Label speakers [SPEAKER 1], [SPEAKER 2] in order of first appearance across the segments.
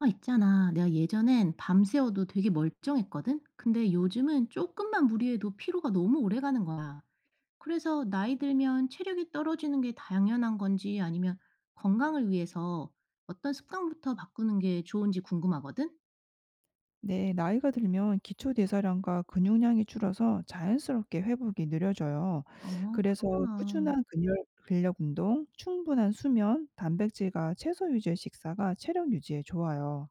[SPEAKER 1] 아, 있잖아. 내가 예전엔 밤새워도 되게 멀쩡했거든? 근데 요즘은 조금만 무리해도 피로가 너무 오래 가는 거야. 그래서 나이 들면 체력이 떨어지는 게 당연한 건지 아니면 건강을 위해서 어떤 습관부터 바꾸는 게 좋은지 궁금하거든?
[SPEAKER 2] 네, 나이가 들면 기초 대사량과 근육량이 줄어서 자연스럽게 회복이 느려져요.
[SPEAKER 1] 어,
[SPEAKER 2] 그래서
[SPEAKER 1] 그렇구나.
[SPEAKER 2] 근력 운동, 충분한 수면, 단백질과 채소 유지의 식사가 체력 유지에 좋아요.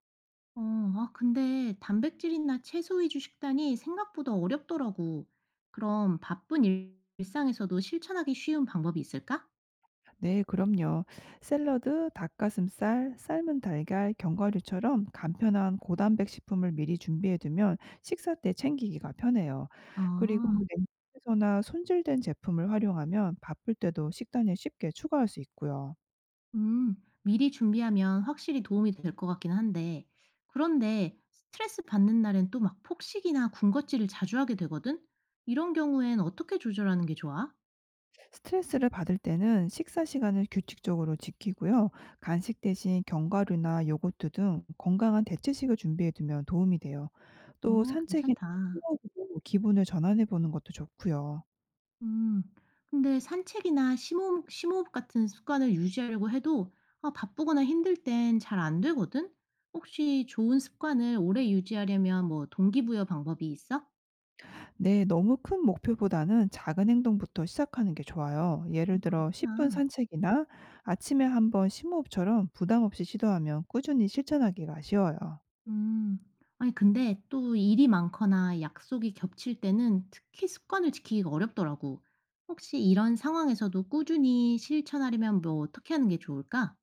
[SPEAKER 1] 어, 아, 근데 단백질이나 채소 위주 식단이 생각보다 어렵더라고. 그럼 바쁜 일상에서도 실천하기 쉬운 방법이 있을까?
[SPEAKER 2] 네, 그럼요. 샐러드, 닭가슴살, 삶은 달걀, 견과류처럼 간편한 고단백 식품을 미리 준비해두면 식사 때 챙기기가 편해요. 그리고
[SPEAKER 1] 아.
[SPEAKER 2] 냉장고에서나 손질된 제품을 활용하면 바쁠 때도 식단에 쉽게 추가할 수 있고요.
[SPEAKER 1] 음, 미리 준비하면 확실히 도움이 될 것 같긴 한데, 그런데 스트레스 받는 날엔 또 막 폭식이나 군것질을 자주 하게 되거든? 이런 경우엔 어떻게 조절하는 게 좋아?
[SPEAKER 2] 스트레스를 받을 때는 식사 시간을 규칙적으로 지키고요. 간식 대신 견과류나 요거트 등 건강한 대체식을 준비해 두면 도움이 돼요. 또
[SPEAKER 1] 어,
[SPEAKER 2] 산책이나
[SPEAKER 1] 괜찮다.
[SPEAKER 2] 운동으로 기분을 전환해 보는 것도 좋고요.
[SPEAKER 1] 음, 근데 산책이나 심호흡 같은 습관을 유지하려고 해도 아, 바쁘거나 힘들 땐 잘 안 되거든? 혹시 좋은 습관을 오래 유지하려면 뭐 동기부여 방법이 있어?
[SPEAKER 2] 네, 너무 큰 목표보다는 작은 행동부터 시작하는 게 좋아요. 예를 들어 10분
[SPEAKER 1] 그렇구나.
[SPEAKER 2] 산책이나 아침에 한번 심호흡처럼 부담 없이 시도하면 꾸준히 실천하기가 쉬워요.
[SPEAKER 1] 음. 아니 근데 또 일이 많거나 약속이 겹칠 때는 특히 습관을 지키기가 어렵더라고. 혹시 이런 상황에서도 꾸준히 실천하려면 뭐 어떻게 하는 게 좋을까?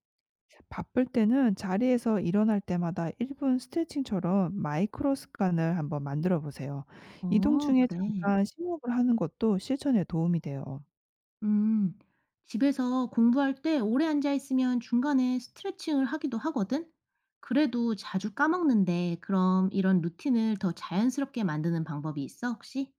[SPEAKER 2] 바쁠 때는 자리에서 일어날 때마다 1분 스트레칭처럼 마이크로 습관을 한번 만들어 보세요. 이동
[SPEAKER 1] 어,
[SPEAKER 2] 중에
[SPEAKER 1] 그래.
[SPEAKER 2] 잠깐 심호흡을 하는 것도 실천에 도움이 돼요.
[SPEAKER 1] 음. 집에서 공부할 때 오래 앉아 있으면 중간에 스트레칭을 하기도 하거든. 그래도 자주 까먹는데 그럼 이런 루틴을 더 자연스럽게 만드는 방법이 있어, 혹시?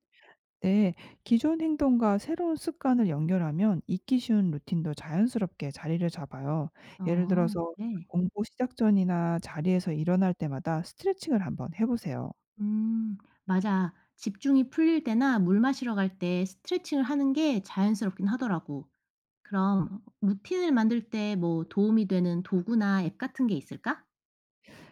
[SPEAKER 2] 네. 기존 행동과 새로운 습관을 연결하면 잊기 쉬운 루틴도 자연스럽게 자리를 잡아요. 예를
[SPEAKER 1] 어,
[SPEAKER 2] 들어서
[SPEAKER 1] 그래.
[SPEAKER 2] 공부 시작 전이나 자리에서 일어날 때마다 스트레칭을 한번 해 보세요.
[SPEAKER 1] 음, 맞아. 집중이 풀릴 때나 물 마시러 갈 때 스트레칭을 하는 게 자연스럽긴 하더라고. 그럼 루틴을 만들 때 뭐 도움이 되는 도구나 앱 같은 게 있을까?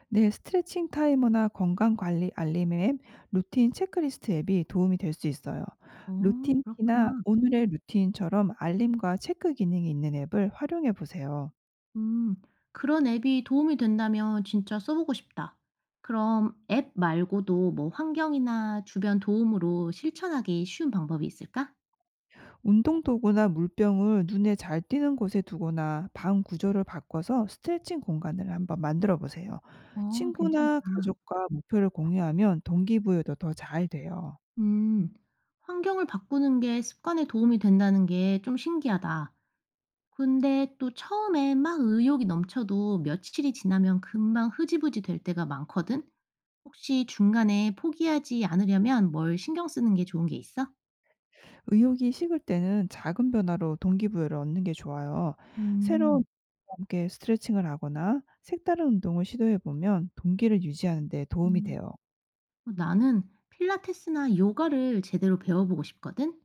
[SPEAKER 2] 네, 스트레칭 타이머나 건강 관리 알림 앱, 루틴 체크리스트 앱이 도움이 될 수 있어요.
[SPEAKER 1] 어,
[SPEAKER 2] 루틴 티나
[SPEAKER 1] 그렇구나.
[SPEAKER 2] 오늘의 루틴처럼 알림과 체크 기능이 있는 앱을 활용해 보세요.
[SPEAKER 1] 음, 그런 앱이 도움이 된다면 진짜 써보고 싶다. 그럼 앱 말고도 뭐 환경이나 주변 도움으로 실천하기 쉬운 방법이 있을까?
[SPEAKER 2] 운동 도구나 물병을 눈에 잘 띄는 곳에 두거나 방 구조를 바꿔서 스트레칭 공간을 한번 만들어 보세요.
[SPEAKER 1] 어,
[SPEAKER 2] 친구나
[SPEAKER 1] 괜찮다.
[SPEAKER 2] 가족과 목표를 공유하면 동기부여도 더 잘 돼요.
[SPEAKER 1] 음, 환경을 바꾸는 게 습관에 도움이 된다는 게 좀 신기하다. 근데 또 처음에 막 의욕이 넘쳐도 며칠이 지나면 금방 흐지부지 될 때가 많거든? 혹시 중간에 포기하지 않으려면 뭘 신경 쓰는 게 좋은 게 있어?
[SPEAKER 2] 의욕이 식을 때는 작은 변화로 동기부여를 얻는 게 좋아요. 새로운 운동
[SPEAKER 1] 음,
[SPEAKER 2] 과 함께 스트레칭을 하거나 색다른 운동을 시도해 보면 동기를 유지하는 데 도움이
[SPEAKER 1] 음.
[SPEAKER 2] 돼요.
[SPEAKER 1] 어, 나는 필라테스나 요가를 제대로 배워보고 싶거든?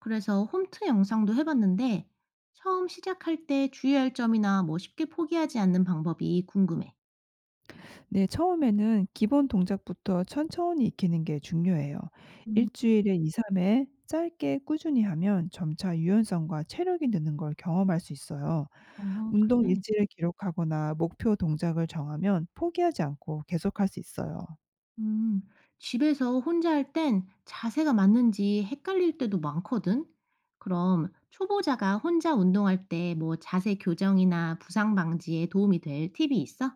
[SPEAKER 1] 그래서 홈트 영상도 해봤는데 처음 시작할 때 주의할 점이나 뭐 쉽게 포기하지 않는 방법이 궁금해.
[SPEAKER 2] 네, 처음에는 기본 동작부터 천천히 익히는 게 중요해요.
[SPEAKER 1] 음,
[SPEAKER 2] 일주일에 2, 3회 짧게 꾸준히 하면 점차 유연성과 체력이 느는 걸 경험할 수 있어요.
[SPEAKER 1] 어,
[SPEAKER 2] 운동
[SPEAKER 1] 그래.
[SPEAKER 2] 일지를 기록하거나 목표 동작을 정하면 포기하지 않고 계속할 수 있어요.
[SPEAKER 1] 음, 집에서 혼자 할 땐 자세가 맞는지 헷갈릴 때도 많거든? 그럼 초보자가 혼자 운동할 때 뭐 자세 교정이나 부상 방지에 도움이 될 팁이 있어?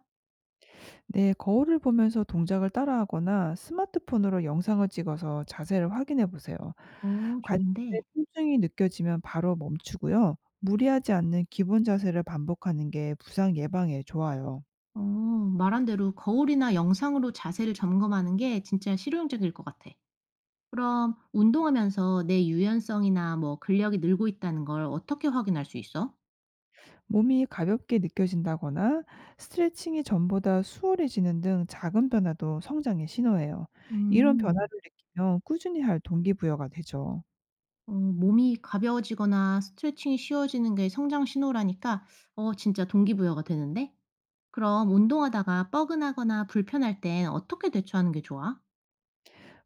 [SPEAKER 2] 네, 거울을 보면서 동작을 따라하거나 스마트폰으로 영상을 찍어서 자세를 확인해 보세요.
[SPEAKER 1] 어,
[SPEAKER 2] 관절에
[SPEAKER 1] 좋은데.
[SPEAKER 2] 통증이 느껴지면 바로 멈추고요. 무리하지 않는 기본 자세를 반복하는 게 부상 예방에 좋아요.
[SPEAKER 1] 어, 말한 대로 거울이나 영상으로 자세를 점검하는 게 진짜 실용적일 것 같아. 그럼 운동하면서 내 유연성이나 뭐 근력이 늘고 있다는 걸 어떻게 확인할 수 있어?
[SPEAKER 2] 몸이 가볍게 느껴진다거나 스트레칭이 전보다 수월해지는 등 작은 변화도 성장의 신호예요. 이런 변화를
[SPEAKER 1] 음.
[SPEAKER 2] 느끼면 꾸준히 할 동기부여가 되죠.
[SPEAKER 1] 어 몸이 가벼워지거나 스트레칭이 쉬워지는 게 성장 신호라니까 어 진짜 동기부여가 되는데? 그럼 운동하다가 뻐근하거나 불편할 땐 어떻게 대처하는 게 좋아?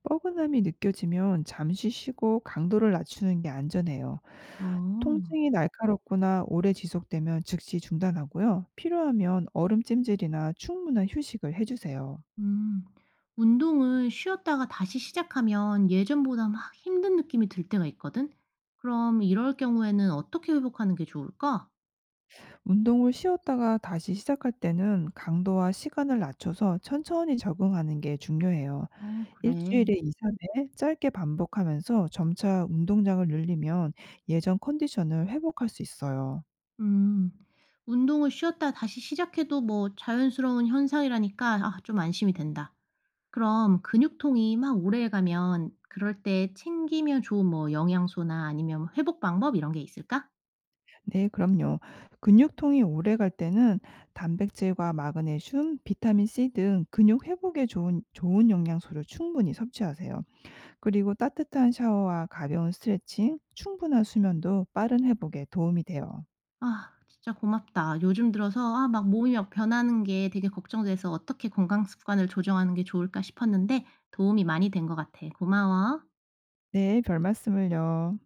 [SPEAKER 2] 뻐근함이 느껴지면 잠시 쉬고 강도를 낮추는 게 안전해요.
[SPEAKER 1] 어.
[SPEAKER 2] 통증이 날카롭거나 오래 지속되면 즉시 중단하고요. 필요하면 얼음 찜질이나 충분한 휴식을 해주세요.
[SPEAKER 1] 음. 운동을 쉬었다가 다시 시작하면 예전보다 막 힘든 느낌이 들 때가 있거든? 그럼 이럴 경우에는 어떻게 회복하는 게 좋을까?
[SPEAKER 2] 운동을 쉬었다가 다시 시작할 때는 강도와 시간을 낮춰서 천천히 적응하는 게 중요해요.
[SPEAKER 1] 어 그래.
[SPEAKER 2] 일주일에 2, 3회 짧게 반복하면서 점차 운동량을 늘리면 예전 컨디션을 회복할 수 있어요.
[SPEAKER 1] 음. 운동을 쉬었다 다시 시작해도 뭐 자연스러운 현상이라니까 아 좀 안심이 된다. 그럼 근육통이 막 오래가면 그럴 때 챙기면 좋은 뭐 영양소나 아니면 회복 방법 이런 게 있을까?
[SPEAKER 2] 네, 그럼요. 근육통이 오래갈 때는 단백질과 마그네슘, 비타민 C 등 근육 회복에 좋은 영양소를 충분히 섭취하세요. 그리고 따뜻한 샤워와 가벼운 스트레칭, 충분한 수면도 빠른 회복에 도움이 돼요.
[SPEAKER 1] 아, 진짜 고맙다. 요즘 들어서 아, 막 몸이 막 변하는 게 되게 걱정돼서 어떻게 건강 습관을 조정하는 게 좋을까 싶었는데 도움이 많이 된 것 같아. 고마워.
[SPEAKER 2] 네, 별 말씀을요.